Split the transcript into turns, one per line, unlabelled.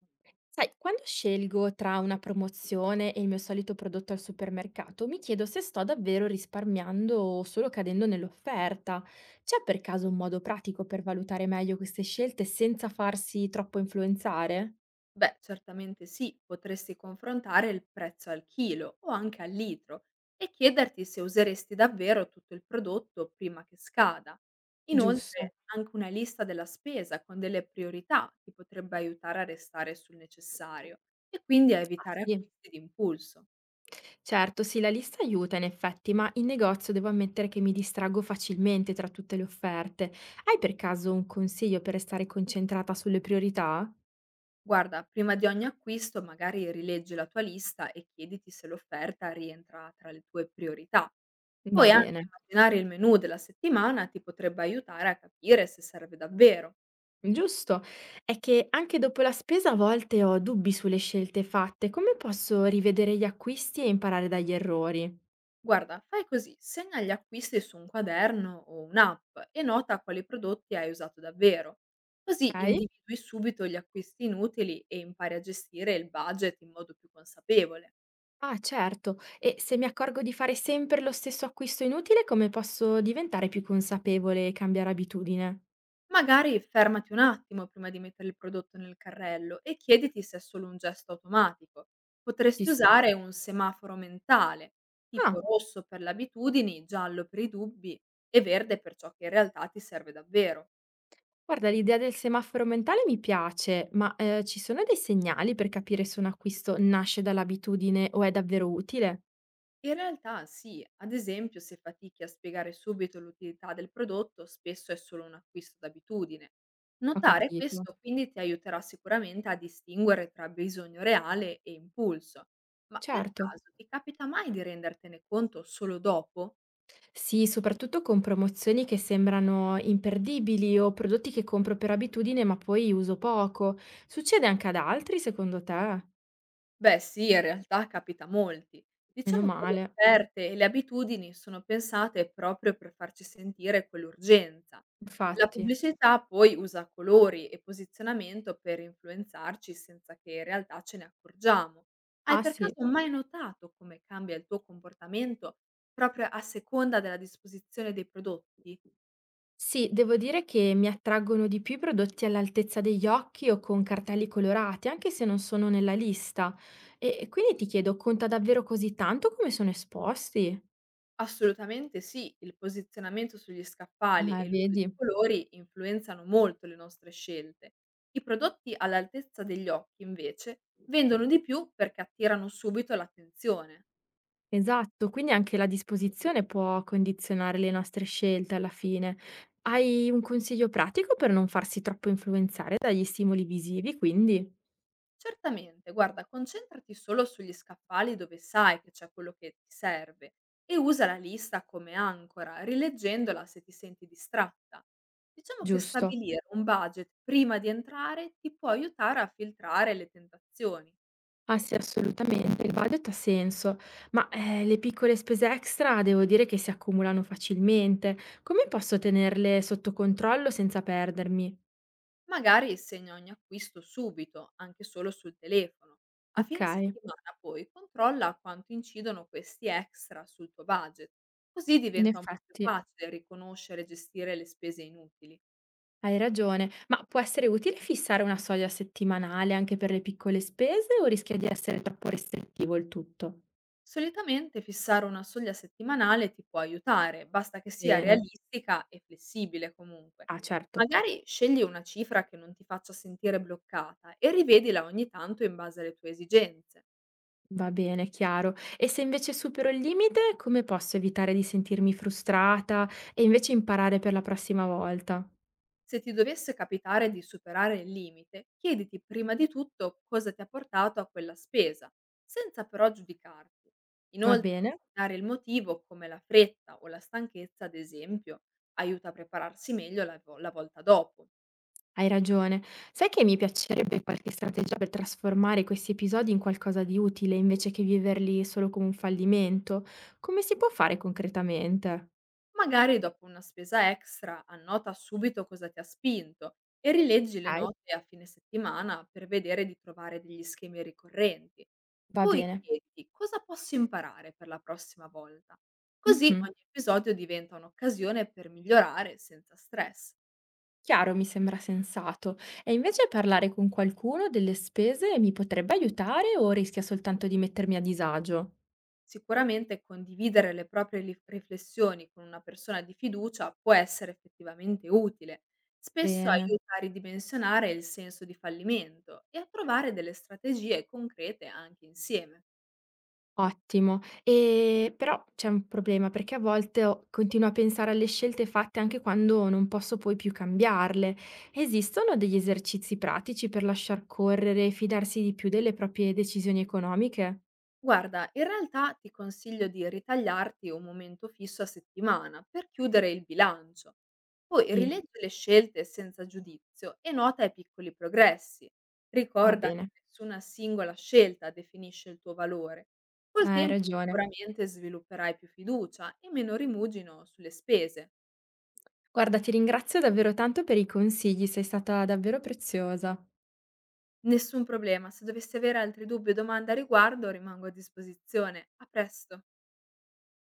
Sai, quando scelgo tra una promozione e il mio solito prodotto al supermercato, mi chiedo se sto davvero risparmiando o solo cadendo nell'offerta. C'è per caso un modo pratico per valutare meglio queste scelte senza farsi troppo influenzare?
Beh, certamente sì, potresti confrontare il prezzo al chilo o anche al litro e chiederti se useresti davvero tutto il prodotto prima che scada.
Giusto.
Inoltre, anche una lista della spesa con delle priorità ti potrebbe aiutare a restare sul necessario e quindi a
Ah
evitare
sì,
acquisti d'impulso.
certo, sì, la lista aiuta in effetti, ma in negozio devo ammettere che mi distraggo facilmente tra tutte le offerte. Hai per caso un consiglio per restare concentrata sulle priorità?
Guarda, prima di ogni acquisto magari rileggi la tua lista e chiediti se l'offerta rientra tra le tue priorità.
Va
Poi anche
bene.
immaginare il menù della settimana ti potrebbe aiutare a capire se serve davvero.
Giusto. È che anche dopo la spesa a volte ho dubbi sulle scelte fatte. Come posso rivedere gli acquisti e imparare dagli errori?
Guarda, fai così, segna gli acquisti su un quaderno o un'app e nota quali prodotti hai usato davvero. Così
Ok?
individui subito gli acquisti inutili e impari a gestire il budget in modo più consapevole.
Ah, certo. E se mi accorgo di fare sempre lo stesso acquisto inutile, come posso diventare più consapevole e cambiare abitudine?
Magari fermati un attimo prima di mettere il prodotto nel carrello e chiediti se è solo un gesto automatico.
Ci
Potresti
sta.
usare un semaforo mentale, tipo
Ah,
rosso per le abitudini, giallo per i dubbi e verde per ciò che in realtà ti serve davvero.
guarda, l'idea del semaforo mentale mi piace, ma ci sono dei segnali per capire se un acquisto nasce dall'abitudine o è davvero utile?
In realtà sì, ad esempio se fatichi a spiegare subito l'utilità del prodotto, spesso è solo un acquisto d'abitudine. Mm.
Ho
Notare
capito.
questo quindi ti aiuterà sicuramente a distinguere tra bisogno reale e impulso, ma per
Certo.
caso ti capita mai di rendertene conto solo dopo?
Sì, soprattutto con promozioni che sembrano imperdibili o prodotti che compro per abitudine ma poi uso poco. Succede anche ad altri secondo te?
Beh sì, in realtà capita a molti.
Meno
Diciamo che le
male,
offerte e le abitudini sono pensate proprio per farci sentire quell'urgenza. La
infatti.
pubblicità poi usa colori e posizionamento per influenzarci senza che in realtà ce ne accorgiamo. Hai
Ah
per
sì.
caso mai notato come cambia il tuo comportamento proprio a seconda della disposizione dei prodotti?
Sì, devo dire che mi attraggono di più i prodotti all'altezza degli occhi o con cartelli colorati, anche se non sono nella lista. E quindi ti chiedo, conta davvero così tanto come sono esposti?
Assolutamente sì, il posizionamento sugli scaffali e l'uso
Vedi.
di colori influenzano molto le nostre scelte. I prodotti all'altezza degli occhi, invece, vendono di più perché attirano subito l'attenzione.
Esatto, quindi anche la disposizione può condizionare le nostre scelte alla fine. Hai un consiglio pratico per non farsi troppo influenzare dagli stimoli visivi, quindi?
Certamente, guarda, concentrati solo sugli scaffali dove sai che c'è quello che ti serve e usa la lista come ancora, rileggendola se ti senti distratta. Diciamo che
Giusto.
stabilire un budget prima di entrare ti può aiutare a filtrare le tentazioni.
Ah sì, assolutamente, il budget ha senso, ma le piccole spese extra devo dire che si accumulano facilmente. Come posso tenerle sotto controllo senza perdermi?
Magari segna ogni acquisto subito, anche solo sul telefono. A
Ok,
fine settimana poi controlla quanto incidono questi extra sul tuo budget, così
in
diventa un po' più
effetti.
facile riconoscere e gestire le spese inutili.
Hai ragione, ma può essere utile fissare una soglia settimanale anche per le piccole spese o rischia di essere troppo restrittivo il tutto?
Solitamente fissare una soglia settimanale ti può aiutare, basta che sia
Bene.
realistica e flessibile comunque.
Ah, certo.
Magari scegli una cifra che non ti faccia sentire bloccata e rivedila ogni tanto in base alle tue esigenze.
Va bene, chiaro. E se invece supero il limite, come posso evitare di sentirmi frustrata e invece imparare per la prossima volta?
Se ti dovesse capitare di superare il limite, chiediti prima di tutto cosa ti ha portato a quella spesa, senza però giudicarti.
Va
Inoltre,
bene?
dare il motivo, come la fretta o la stanchezza, ad esempio, aiuta a prepararsi meglio la volta dopo.
Hai ragione. Sai che mi piacerebbe qualche strategia per trasformare questi episodi in qualcosa di utile invece che viverli solo come un fallimento? Come si può fare concretamente?
Magari dopo una spesa extra annota subito cosa ti ha spinto e rileggi le
Ok,
note a fine settimana per vedere di trovare degli schemi ricorrenti.
va
Poi
bene.
chiediti cosa posso imparare per la prossima volta. Così
Mh-mh.
ogni episodio diventa un'occasione per migliorare senza stress.
Chiaro, mi sembra sensato. E invece parlare con qualcuno delle spese mi potrebbe aiutare o rischia soltanto di mettermi a disagio?
Sicuramente condividere le proprie riflessioni con una persona di fiducia può essere effettivamente utile. Spesso
Bene,
aiuta a ridimensionare il senso di fallimento e a trovare delle strategie concrete anche insieme.
ottimo. Però c'è un problema, perché a volte ho continuo a pensare alle scelte fatte anche quando non posso poi più cambiarle. Esistono degli esercizi pratici per lasciar correre e fidarsi di più delle proprie decisioni economiche?
Guarda, in realtà ti consiglio di ritagliarti un momento fisso a settimana per chiudere il bilancio. Poi
Sì,
rileggi le scelte senza giudizio e nota i piccoli progressi.
va
Ricorda che
bene.
nessuna singola scelta definisce il tuo valore. Col
Hai
tempo
ragione.
sicuramente svilupperai più fiducia e meno rimugino sulle spese.
Guarda, ti ringrazio davvero tanto per i consigli, sei stata davvero preziosa.
Nessun problema, se dovessi avere altri dubbi o domande a riguardo rimango a disposizione. A presto!